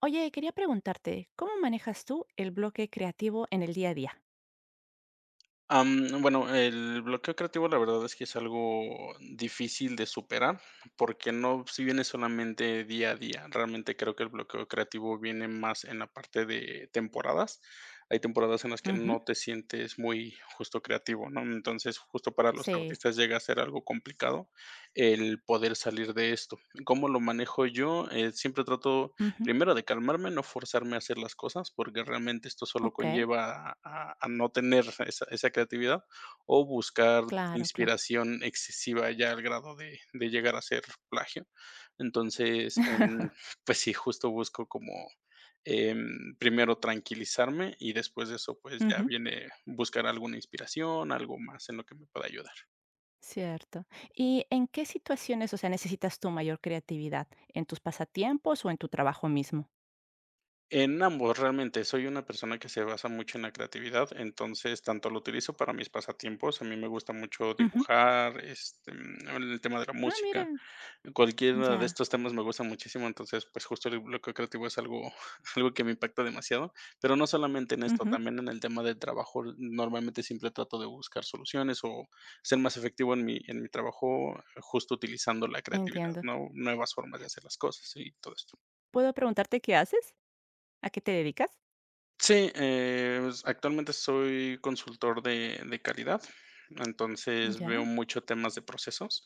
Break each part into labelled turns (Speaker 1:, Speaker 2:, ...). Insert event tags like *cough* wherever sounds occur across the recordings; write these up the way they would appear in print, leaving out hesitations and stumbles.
Speaker 1: Oye, quería preguntarte, ¿cómo manejas tú el bloque creativo en el día a día?
Speaker 2: Bueno, el bloqueo creativo, la verdad es que es algo difícil de superar, porque no si viene solamente día a día. Realmente creo que el bloqueo creativo viene más en la parte de temporadas. Hay temporadas en las que
Speaker 1: Ujú,
Speaker 2: no te sientes muy justo creativo, ¿no? Entonces, justo para los
Speaker 1: sí,
Speaker 2: artistas llega a ser algo complicado el poder salir de esto. ¿Cómo lo manejo yo? Siempre trato
Speaker 1: ujú,
Speaker 2: primero de calmarme, no forzarme a hacer las cosas, porque realmente esto solo
Speaker 1: okey,
Speaker 2: conlleva a no tener esa creatividad, o buscar
Speaker 1: claro, claro.
Speaker 2: inspiración excesiva ya al grado de llegar a ser plagio. Entonces,
Speaker 1: *laughs*
Speaker 2: pues sí, justo busco como, primero tranquilizarme y después de eso, pues ya
Speaker 1: Ujú,
Speaker 2: viene buscar alguna inspiración, algo más en lo que me pueda ayudar.
Speaker 1: cierto. ¿Y en qué situaciones, necesitas tu mayor creatividad? ¿En tus pasatiempos o en tu trabajo mismo?
Speaker 2: En ambos, realmente, soy una persona que se basa mucho en la creatividad, entonces, tanto lo utilizo para mis pasatiempos, a mí me gusta mucho
Speaker 1: Ujú.
Speaker 2: dibujar, este, el tema de la
Speaker 1: Ah, mira,
Speaker 2: música, cualquiera de
Speaker 1: ya,
Speaker 2: estos temas me gusta muchísimo, entonces, pues, justo el bloqueo creativo es algo *laughs* algo que me impacta demasiado, pero no solamente en esto,
Speaker 1: ujú,
Speaker 2: también en el tema del trabajo, normalmente siempre trato de buscar soluciones o ser más efectivo en mi trabajo, justo utilizando la creatividad,
Speaker 1: entiendo.
Speaker 2: ¿no? Nuevas formas de hacer las cosas y todo esto.
Speaker 1: ¿Puedo preguntarte qué haces? ¿A qué te dedicas?
Speaker 2: Sí, pues, actualmente soy consultor de calidad, entonces veo
Speaker 1: Ya.
Speaker 2: mucho temas de procesos,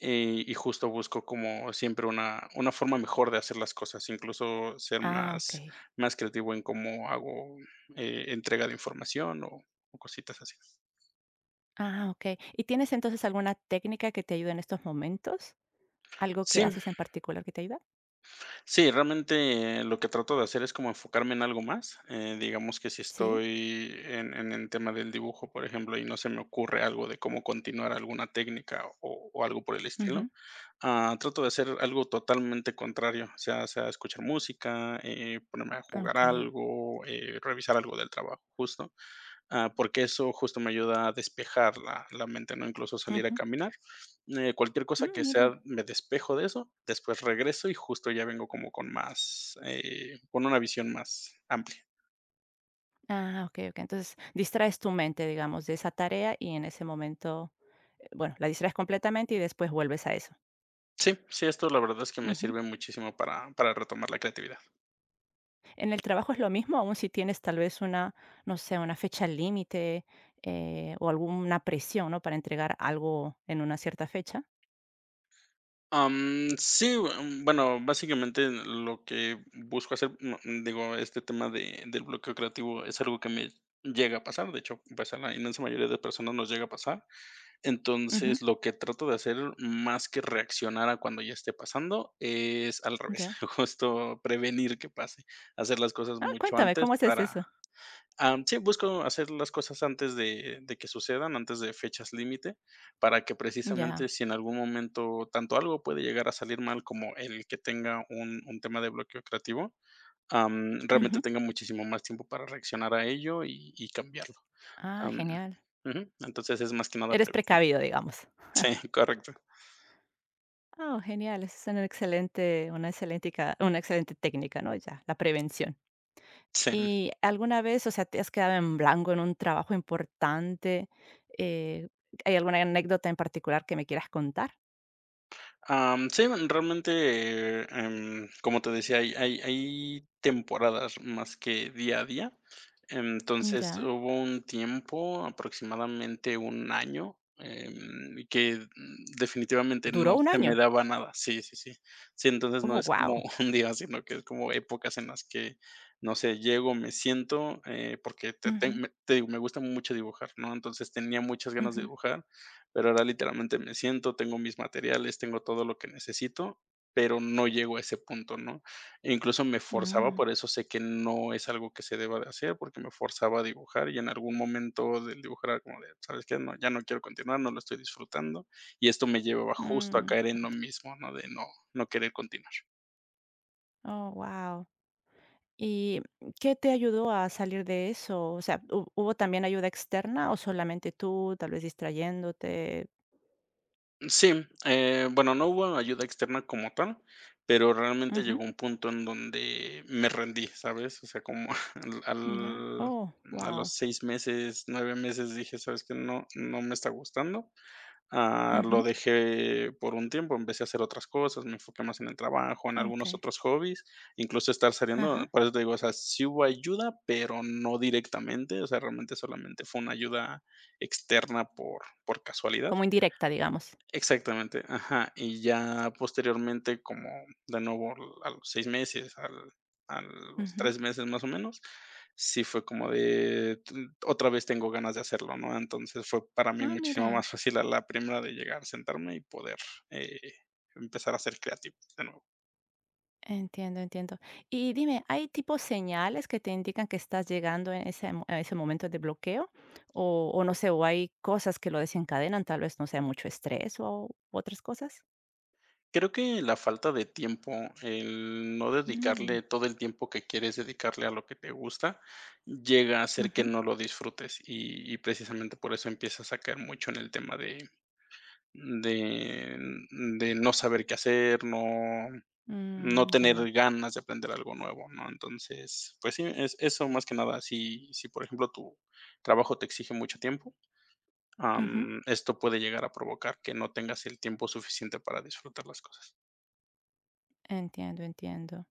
Speaker 2: y justo busco como siempre una forma mejor de hacer las cosas, incluso ser
Speaker 1: Ah, okey.
Speaker 2: más creativo en cómo hago, entrega de información o cositas así.
Speaker 1: Ah, okey. ¿Y tienes entonces alguna técnica que te ayude en estos momentos? ¿Algo que
Speaker 2: Sí.
Speaker 1: haces en particular que te ayuda?
Speaker 2: Sí, realmente lo que trato de hacer es como enfocarme en algo más. Digamos que si
Speaker 1: Sí,
Speaker 2: estoy en el tema del dibujo, por ejemplo, y no se me ocurre algo de cómo continuar alguna técnica o algo por el estilo,
Speaker 1: ujú,
Speaker 2: trato de hacer algo totalmente contrario, o sea, sea escuchar música, ponerme a
Speaker 1: ah,
Speaker 2: jugar
Speaker 1: okey,
Speaker 2: algo, revisar algo del trabajo, justo. Porque eso justo me ayuda a despejar la mente, ¿no? Incluso salir a
Speaker 1: ujú,
Speaker 2: caminar, cualquier cosa
Speaker 1: mm,
Speaker 2: que
Speaker 1: mira.
Speaker 2: sea, me despejo de eso, después regreso y justo ya vengo como con más, con una visión más amplia.
Speaker 1: Ah, okey, okey. Entonces, distraes tu mente, digamos, de esa tarea y en ese momento, bueno, la distraes completamente y después vuelves a eso.
Speaker 2: Sí, sí, esto la verdad es que me
Speaker 1: Ujú.
Speaker 2: sirve muchísimo para retomar la creatividad.
Speaker 1: ¿En el trabajo es lo mismo? Aun si tienes tal vez una, no sé, una fecha límite, o alguna presión, ¿no?, para entregar algo en una cierta fecha.
Speaker 2: Sí, bueno, básicamente lo que busco hacer, no, digo, este tema de del bloqueo creativo es algo que me llega a pasar, de hecho, pues, a la inmensa mayoría de personas nos llega a pasar.
Speaker 1: Ujú,
Speaker 2: Entonces, lo que trato de hacer, más que reaccionar a cuando ya esté pasando, es al revés,
Speaker 1: ya.
Speaker 2: *laughs* justo prevenir que pase, hacer las cosas
Speaker 1: Ah,
Speaker 2: mucho
Speaker 1: cuéntame,
Speaker 2: antes
Speaker 1: ¿cómo haces eso?
Speaker 2: sí, busco hacer las cosas antes de que sucedan, antes de fechas límite, para que precisamente
Speaker 1: Ya,
Speaker 2: si en algún momento tanto algo puede llegar a salir mal como el que tenga un tema de bloqueo creativo, realmente
Speaker 1: ujú.
Speaker 2: tenga muchísimo más tiempo para reaccionar a ello y cambiarlo.
Speaker 1: Ah,
Speaker 2: Am,
Speaker 1: genial.
Speaker 2: ujú, entonces es más que nada
Speaker 1: Eres
Speaker 2: prevenir.
Speaker 1: precavido,
Speaker 2: *laughs*
Speaker 1: digamos.
Speaker 2: Sí, correcto.
Speaker 1: Oh, genial, esa es una excelente, una excelente, una excelente técnica, ¿no? Ya, la prevención.
Speaker 2: Sí,
Speaker 1: ¿Y alguna vez, te has quedado en blanco en un trabajo importante? Eh, ¿Hay alguna anécdota en particular que me quieras contar?
Speaker 2: sí, realmente, como te decía, hay temporadas más que día a día. Entonces,
Speaker 1: Ya.
Speaker 2: hubo un tiempo, aproximadamente un año, que, definitivamente no
Speaker 1: Duró un
Speaker 2: se me
Speaker 1: año.
Speaker 2: daba nada. Sí, sí, sí. Sí, entonces no
Speaker 1: Oh,
Speaker 2: es como
Speaker 1: wow.
Speaker 2: *laughs* un día, sino que es como épocas en las que, no sé, llego, me siento, porque te digo, me gusta mucho dibujar, ¿no? Entonces, tenía muchas ganas de dibujar. Pero ahora literalmente me siento, tengo mis materiales, tengo todo lo que necesito, pero no llego a ese punto, ¿no? E incluso me forzaba, por eso sé que no es algo que se deba de hacer, porque me forzaba a dibujar y en algún momento del dibujar era como de, ¿sabes qué? No, ya no quiero continuar, no lo estoy disfrutando y esto me llevaba justo a caer en lo mismo, ¿no? De no, no querer continuar.
Speaker 1: Oh, wow. ¿Y qué te ayudó a salir de eso? ¿O sea, ¿hubo también ayuda externa o solamente tú, tal vez distrayéndote?
Speaker 2: Sí, bueno, no hubo ayuda externa como tal, pero realmente llegó un punto en donde me rendí, ¿sabes? O sea, como *laughs* al,
Speaker 1: Ya.
Speaker 2: al-
Speaker 1: Oh,
Speaker 2: a los
Speaker 1: wow.
Speaker 2: 6 meses, 9 meses dije, ¿sabes qué? No, no me está gustando. Lo
Speaker 1: Ujú,
Speaker 2: dejé por un tiempo, empecé a hacer otras cosas, me enfoqué más en el trabajo, en algunos
Speaker 1: okey.
Speaker 2: otros hobbies, incluso estar saliendo,
Speaker 1: Ajá.
Speaker 2: por eso te digo, o sea, sí hubo ayuda, pero no directamente, o sea, realmente solamente fue una ayuda externa por casualidad.
Speaker 1: Como indirecta, digamos.
Speaker 2: Exactamente, ajá, y ya posteriormente, como de nuevo l a los 6 meses, al a los
Speaker 1: Ujú.
Speaker 2: 3 meses más o menos, sí fue como de t otra vez tengo ganas de hacerlo, ¿no? Entonces, fue para mí
Speaker 1: Ah,
Speaker 2: muchísimo más
Speaker 1: mira.
Speaker 2: fácil a la primera de llegar, sentarme y poder, eh, empezar a ser creativo de nuevo.
Speaker 1: Entiendo, entiendo. Y dime, ¿hay tipo señales que te indican que estás llegando en ese mo a ese momento de bloqueo? ¿O no sé, o hay cosas que lo desencadenan, tal vez, no sea mucho estrés o otras cosas?
Speaker 2: Creo que la falta de tiempo, el no
Speaker 1: Mm,
Speaker 2: dedicarle todo el tiempo que quieres dedicarle a lo que te gusta, llega a hacer que
Speaker 1: ujú.
Speaker 2: no lo disfrutes, y precisamente por eso empiezas a caer mucho en el tema de de no saber qué hacer,
Speaker 1: Mm,
Speaker 2: no
Speaker 1: ya veo.
Speaker 2: tener ganas de aprender algo nuevo, ¿no? Entonces, pues sí, es eso más que nada, si, por ejemplo, tu trabajo te exige mucho tiempo,
Speaker 1: Ujú.
Speaker 2: esto puede llegar a provocar que no tengas el tiempo suficiente para disfrutar las cosas.
Speaker 1: Entiendo, entiendo.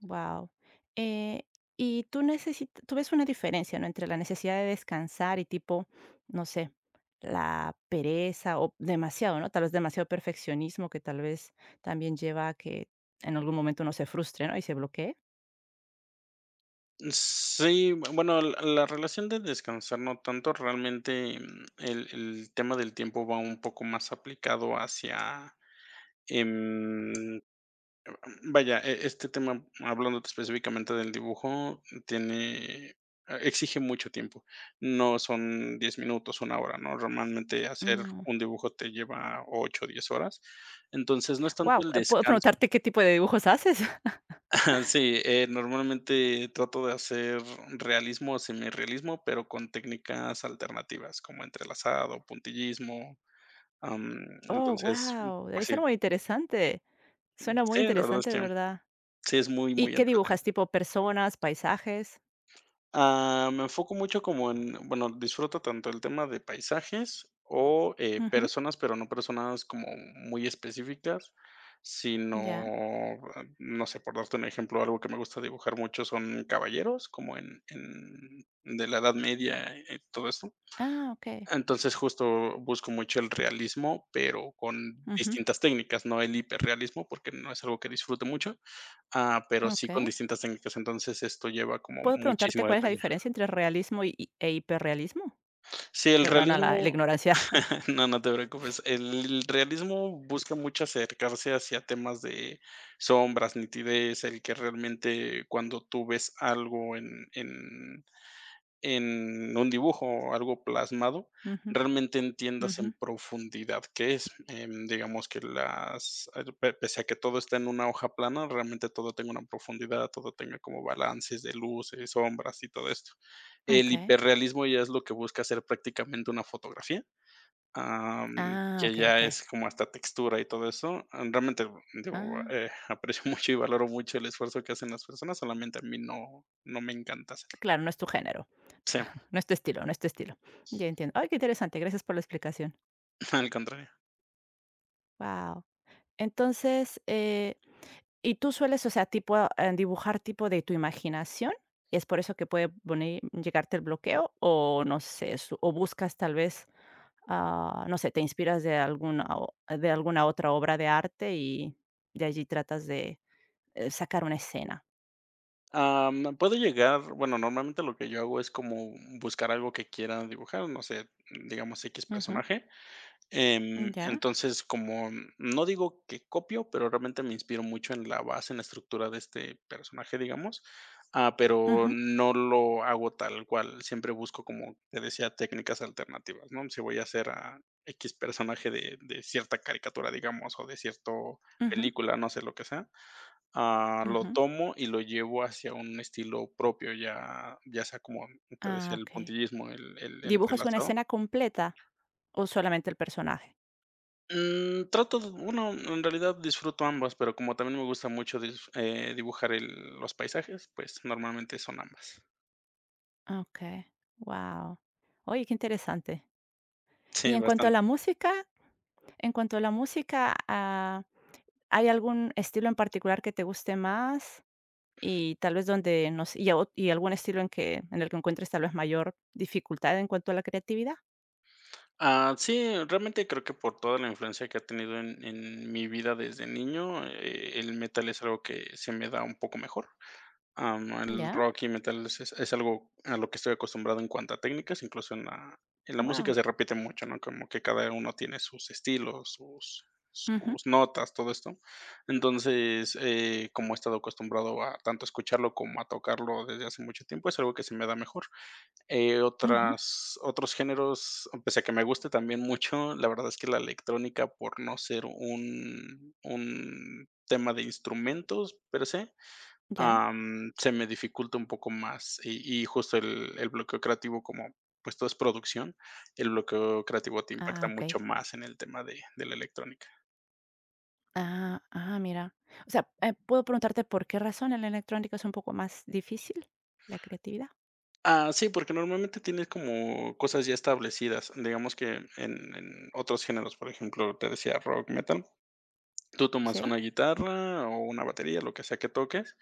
Speaker 1: Wow. Eh, y tú necesitas, tú ves una diferencia, ¿no? Entre la necesidad de descansar y tipo, no sé, la pereza o demasiado, ¿no? Tal vez demasiado perfeccionismo que tal vez también lleva a que en algún momento uno se frustre, ¿no? Y se bloquee.
Speaker 2: Sí, bu bueno, la relación de descansar no tanto, realmente, el tema del tiempo va un poco más aplicado hacia, em, vaya, este tema, hablando específicamente del dibujo, tiene exige mucho tiempo. No son 10 minutos, una hora, ¿no? Normalmente hacer un dibujo te lleva 8, o 10 horas. Entonces, no es tanto
Speaker 1: Wow.
Speaker 2: el
Speaker 1: ¿Puedo
Speaker 2: descanso.
Speaker 1: preguntarte qué tipo de dibujos haces? *laughs*
Speaker 2: *laughs* Sí, normalmente trato de hacer realismo o semirrealismo, pero con técnicas alternativas, como entrelazado, puntillismo, am,
Speaker 1: Oh,
Speaker 2: entonces,
Speaker 1: wow. Debe
Speaker 2: pues sí,
Speaker 1: ser muy interesante. Suena muy
Speaker 2: sí, la verdad es
Speaker 1: interesante, de
Speaker 2: que
Speaker 1: verdad.
Speaker 2: sí es muy,
Speaker 1: ¿Y
Speaker 2: muy
Speaker 1: qué dibujas?
Speaker 2: entretenido.
Speaker 1: ¿Tipo personas, paisajes?
Speaker 2: Me enfoco mucho como bueno, disfruto tanto el tema de paisajes o
Speaker 1: Ujú,
Speaker 2: personas, pero no personas como muy específicas, sino,
Speaker 1: ya.
Speaker 2: no sé, por darte un ejemplo, algo que me gusta dibujar mucho son caballeros, como de la Edad Media, todo esto.
Speaker 1: Ah, ok.
Speaker 2: Entonces justo busco mucho el realismo, pero con
Speaker 1: Ujú,
Speaker 2: distintas técnicas, no el hiperrealismo, porque no es algo que disfrute mucho, pero
Speaker 1: ok.
Speaker 2: sí con distintas técnicas. Entonces esto lleva como
Speaker 1: ¿Puedo preguntarte
Speaker 2: muchísimo
Speaker 1: cuál es la
Speaker 2: detalle.
Speaker 1: diferencia entre realismo y e hiperrealismo?
Speaker 2: Sí, el
Speaker 1: Perdona la, la
Speaker 2: realismo.
Speaker 1: ignorancia.
Speaker 2: *laughs*
Speaker 1: *laughs*
Speaker 2: No, no te preocupes. El realismo busca mucho acercarse hacia temas de sombras, nitidez, el que realmente cuando tú ves algo en en un dibujo o algo plasmado,
Speaker 1: Ujú,
Speaker 2: realmente entiendas
Speaker 1: ujú.
Speaker 2: en profundidad qué es. Digamos que las, pese a que todo está en una hoja plana, realmente todo tenga una profundidad, todo tenga como balances de luces, sombras y todo esto. El
Speaker 1: Ok.
Speaker 2: hiperrealismo ya es lo que busca hacer prácticamente una fotografía,
Speaker 1: Ah,
Speaker 2: que
Speaker 1: ok,
Speaker 2: ya
Speaker 1: ok.
Speaker 2: es como hasta textura y todo eso. Realmente, digo,
Speaker 1: Ah,
Speaker 2: aprecio *laughs* mucho y valoro mucho el esfuerzo que hacen las personas, solamente a mí no, no me encanta hacerlo.
Speaker 1: claro, no es tu género,
Speaker 2: Sí,
Speaker 1: no es tu estilo, no es tu estilo. Ya entiendo. Ay, qué interesante, gracias por la explicación.
Speaker 2: *laughs* al contrario.
Speaker 1: Wow. Entonces, ¿y tú sueles, dibujar tipo de tu imaginación? ¿Y es por eso que puede venir llegarte el bloqueo? O no sé, su o buscas tal vez, ah, no sé, te inspiras de alguna o de alguna otra obra de arte y de allí tratas de, sacar una escena.
Speaker 2: Puedo llegar, bueno, normalmente lo que yo hago es como buscar algo que quiera dibujar, no sé, digamos X
Speaker 1: Ujú,
Speaker 2: personaje.
Speaker 1: ya.
Speaker 2: Entonces, como no digo que copio, pero realmente me inspiro mucho en la base, en la estructura de este personaje, digamos, pero
Speaker 1: Ujú,
Speaker 2: no lo hago tal cual. Siempre busco, como te decía, técnicas alternativas, ¿no? Si voy a hacer a X personaje de cierta caricatura, digamos, o de cierta
Speaker 1: ujú,
Speaker 2: película, no sé lo que sea, lo
Speaker 1: ujú.
Speaker 2: tomo y lo llevo hacia un estilo propio, ya sea como te
Speaker 1: Ah,
Speaker 2: decía, el
Speaker 1: okey.
Speaker 2: puntillismo, el
Speaker 1: ¿Dibujas una
Speaker 2: entrelazado.
Speaker 1: escena completa o solamente el personaje?
Speaker 2: Trato de bueno, en realidad disfruto ambas, pero como también me gusta mucho dis dibujar el los paisajes, pues, normalmente son ambas.
Speaker 1: Ah, wow. Oye, qué interesante.
Speaker 2: Sí,
Speaker 1: Y en cuanto a
Speaker 2: bastante.
Speaker 1: la música en cuanto a la música, ah, ¿hay algún estilo en particular que te guste más? Y tal vez donde nos y a o y algún estilo en que en el que encuentres tal vez mayor dificultad en cuanto a la creatividad.
Speaker 2: Sí, realmente creo que por toda la influencia que ha tenido en mi vida desde niño, el metal es algo que se me da un poco mejor. El
Speaker 1: Ya,
Speaker 2: rock y metal es algo a lo que estoy acostumbrado en cuanto a técnicas, incluso en la música
Speaker 1: wow.
Speaker 2: se repite mucho, ¿no? Como que cada uno tiene sus estilos,
Speaker 1: Ujú,
Speaker 2: sus notas, todo esto. Entonces, como he estado acostumbrado a tanto escucharlo como a tocarlo desde hace mucho tiempo, es algo que se me da mejor.
Speaker 1: ujú,
Speaker 2: Otras otros géneros, pese a que me guste también mucho, la verdad es que la electrónica, por no ser un tema de instrumentos per se,
Speaker 1: ya.
Speaker 2: se me dificulta un poco más. Y justo el bloqueo creativo, como pues todo es producción, el bloqueo creativo te
Speaker 1: Ah,
Speaker 2: impacta mucho
Speaker 1: okey.
Speaker 2: más en el tema de la electrónica.
Speaker 1: Ah, ah, mira. ¿Puedo preguntarte por qué razón el la electrónica es un poco más difícil la creatividad?
Speaker 2: Sí, porque normalmente tienes como cosas ya establecidas, digamos que en otros géneros, por ejemplo, te decía rock, metal. Tú tomas
Speaker 1: ¿Sí?
Speaker 2: una guitarra o una batería, lo que sea que toques,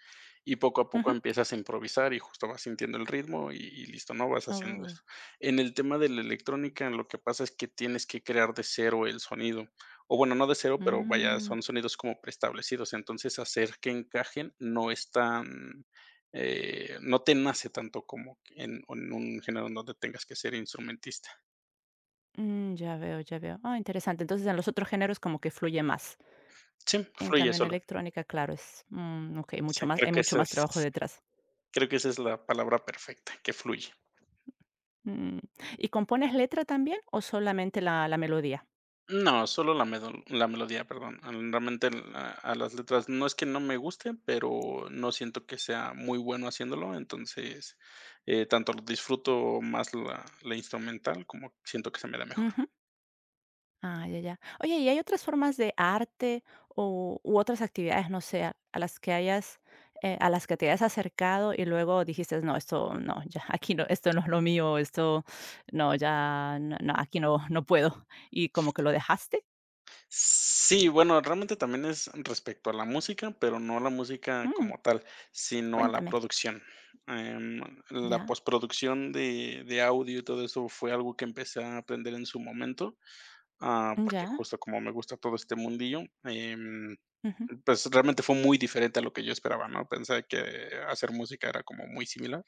Speaker 2: y poco a poco
Speaker 1: Ujú.
Speaker 2: empiezas a improvisar y justo vas sintiendo el ritmo y listo, ¿no? Vas haciendo
Speaker 1: Oh,
Speaker 2: eso. En el tema de la electrónica, lo que pasa es que tienes que crear de cero el sonido, o bueno, no de cero, pero vaya,
Speaker 1: mm.
Speaker 2: son sonidos como preestablecidos, entonces hacer que encajen no es tan, no te nace tanto como en un género en donde tengas que ser instrumentista.
Speaker 1: Mm, ya veo, ya veo. Ah, interesante. Entonces, en los otros géneros como que fluye más.
Speaker 2: Sí,
Speaker 1: En
Speaker 2: fluye
Speaker 1: cambio, en
Speaker 2: solo.
Speaker 1: electrónica, claro, es, mm, ok,
Speaker 2: Sí,
Speaker 1: mucho más, hay mucho más trabajo detrás.
Speaker 2: creo que esa es la palabra perfecta, que fluye.
Speaker 1: Mm. ¿Y compones letra también o solamente la, la melodía?
Speaker 2: No, solo la medo la melodía, perdón. Al Realmente la a las letras no es que no me gusten, pero no siento que sea muy bueno haciéndolo, entonces, tanto disfruto más la instrumental como siento que se me da mejor.
Speaker 1: Ujú. Ah, ya, ya. Oye, ¿y hay otras formas de arte o, u otras actividades, no sé, a las que hayas, a las que te hayas acercado y luego dijiste, no, esto no, ya, *laughs* aquí no, esto no es lo mío, esto no, ya, no, no, aquí no, no puedo. Y como que lo dejaste.
Speaker 2: Sí, bueno, realmente también es respecto a la música, pero no a la música
Speaker 1: Mm,
Speaker 2: como tal, sino a la
Speaker 1: cuéntame.
Speaker 2: producción. Em, la
Speaker 1: Ya,
Speaker 2: postproducción de audio y todo eso fue algo que empecé a aprender en su momento. Porque
Speaker 1: ya,
Speaker 2: justo como me gusta todo este mundillo,
Speaker 1: ujú,
Speaker 2: pues realmente fue muy diferente a lo que yo esperaba, ¿no? Pensé que hacer música era como muy similar,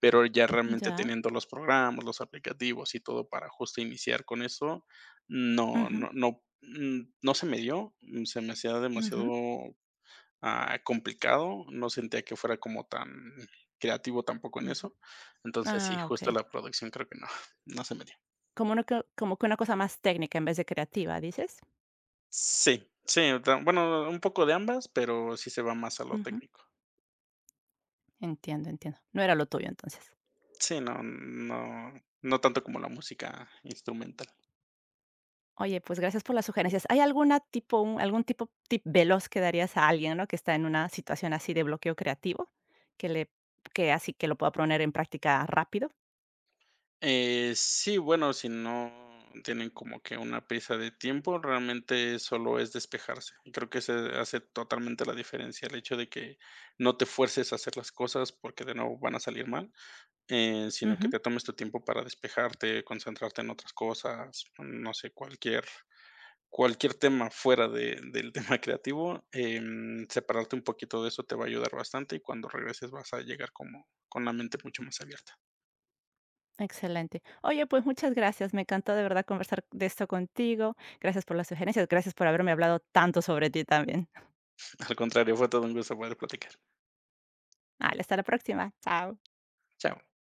Speaker 2: pero ya realmente
Speaker 1: ya,
Speaker 2: teniendo los programas, los aplicativos y todo para justo iniciar con eso, no,
Speaker 1: ujú,
Speaker 2: no, no, no se me dio, se me hacía demasiado
Speaker 1: ujú,
Speaker 2: complicado, no sentía que fuera como tan creativo tampoco en
Speaker 1: ujú.
Speaker 2: eso, entonces sí,
Speaker 1: Ah,
Speaker 2: justo
Speaker 1: okey.
Speaker 2: la producción creo que no, *laughs* no se me dio.
Speaker 1: Como una co como que una cosa más técnica en vez de creativa, ¿dices?
Speaker 2: Sí, sí, ta bueno, un poco de ambas, pero sí se va más a lo
Speaker 1: Ujú,
Speaker 2: técnico.
Speaker 1: entiendo, entiendo. No era lo tuyo, entonces.
Speaker 2: Sí, no no no tanto como la música instrumental.
Speaker 1: Oye, pues gracias por las sugerencias. ¿Hay alguna tipo un algún tipo tip veloz que darías a alguien, no? Que está en una situación así de bloqueo creativo, que le que así que lo pueda poner en práctica rápido.
Speaker 2: Sí, bueno, si no tienen como que una prisa de tiempo, realmente solo es despejarse. Y creo que se hace totalmente la diferencia el hecho de que no te fuerces a hacer las cosas porque de nuevo van a salir mal, sino que
Speaker 1: Ujú.
Speaker 2: te tomes tu tiempo para despejarte, concentrarte en otras cosas, no sé, cualquier tema fuera de del *laughs* tema creativo, separarte un poquito de eso te va a ayudar bastante, y cuando regreses vas a llegar como con la mente mucho más abierta.
Speaker 1: Excelente. Oye, pues muchas gracias. Me encantó de verdad conversar de esto contigo. Gracias por las sugerencias. Gracias por haberme hablado tanto sobre ti también. *laughs*
Speaker 2: *laughs* Al contrario, fue todo un gusto poder platicar.
Speaker 1: Vale, hasta la próxima. Chao.
Speaker 2: Chao.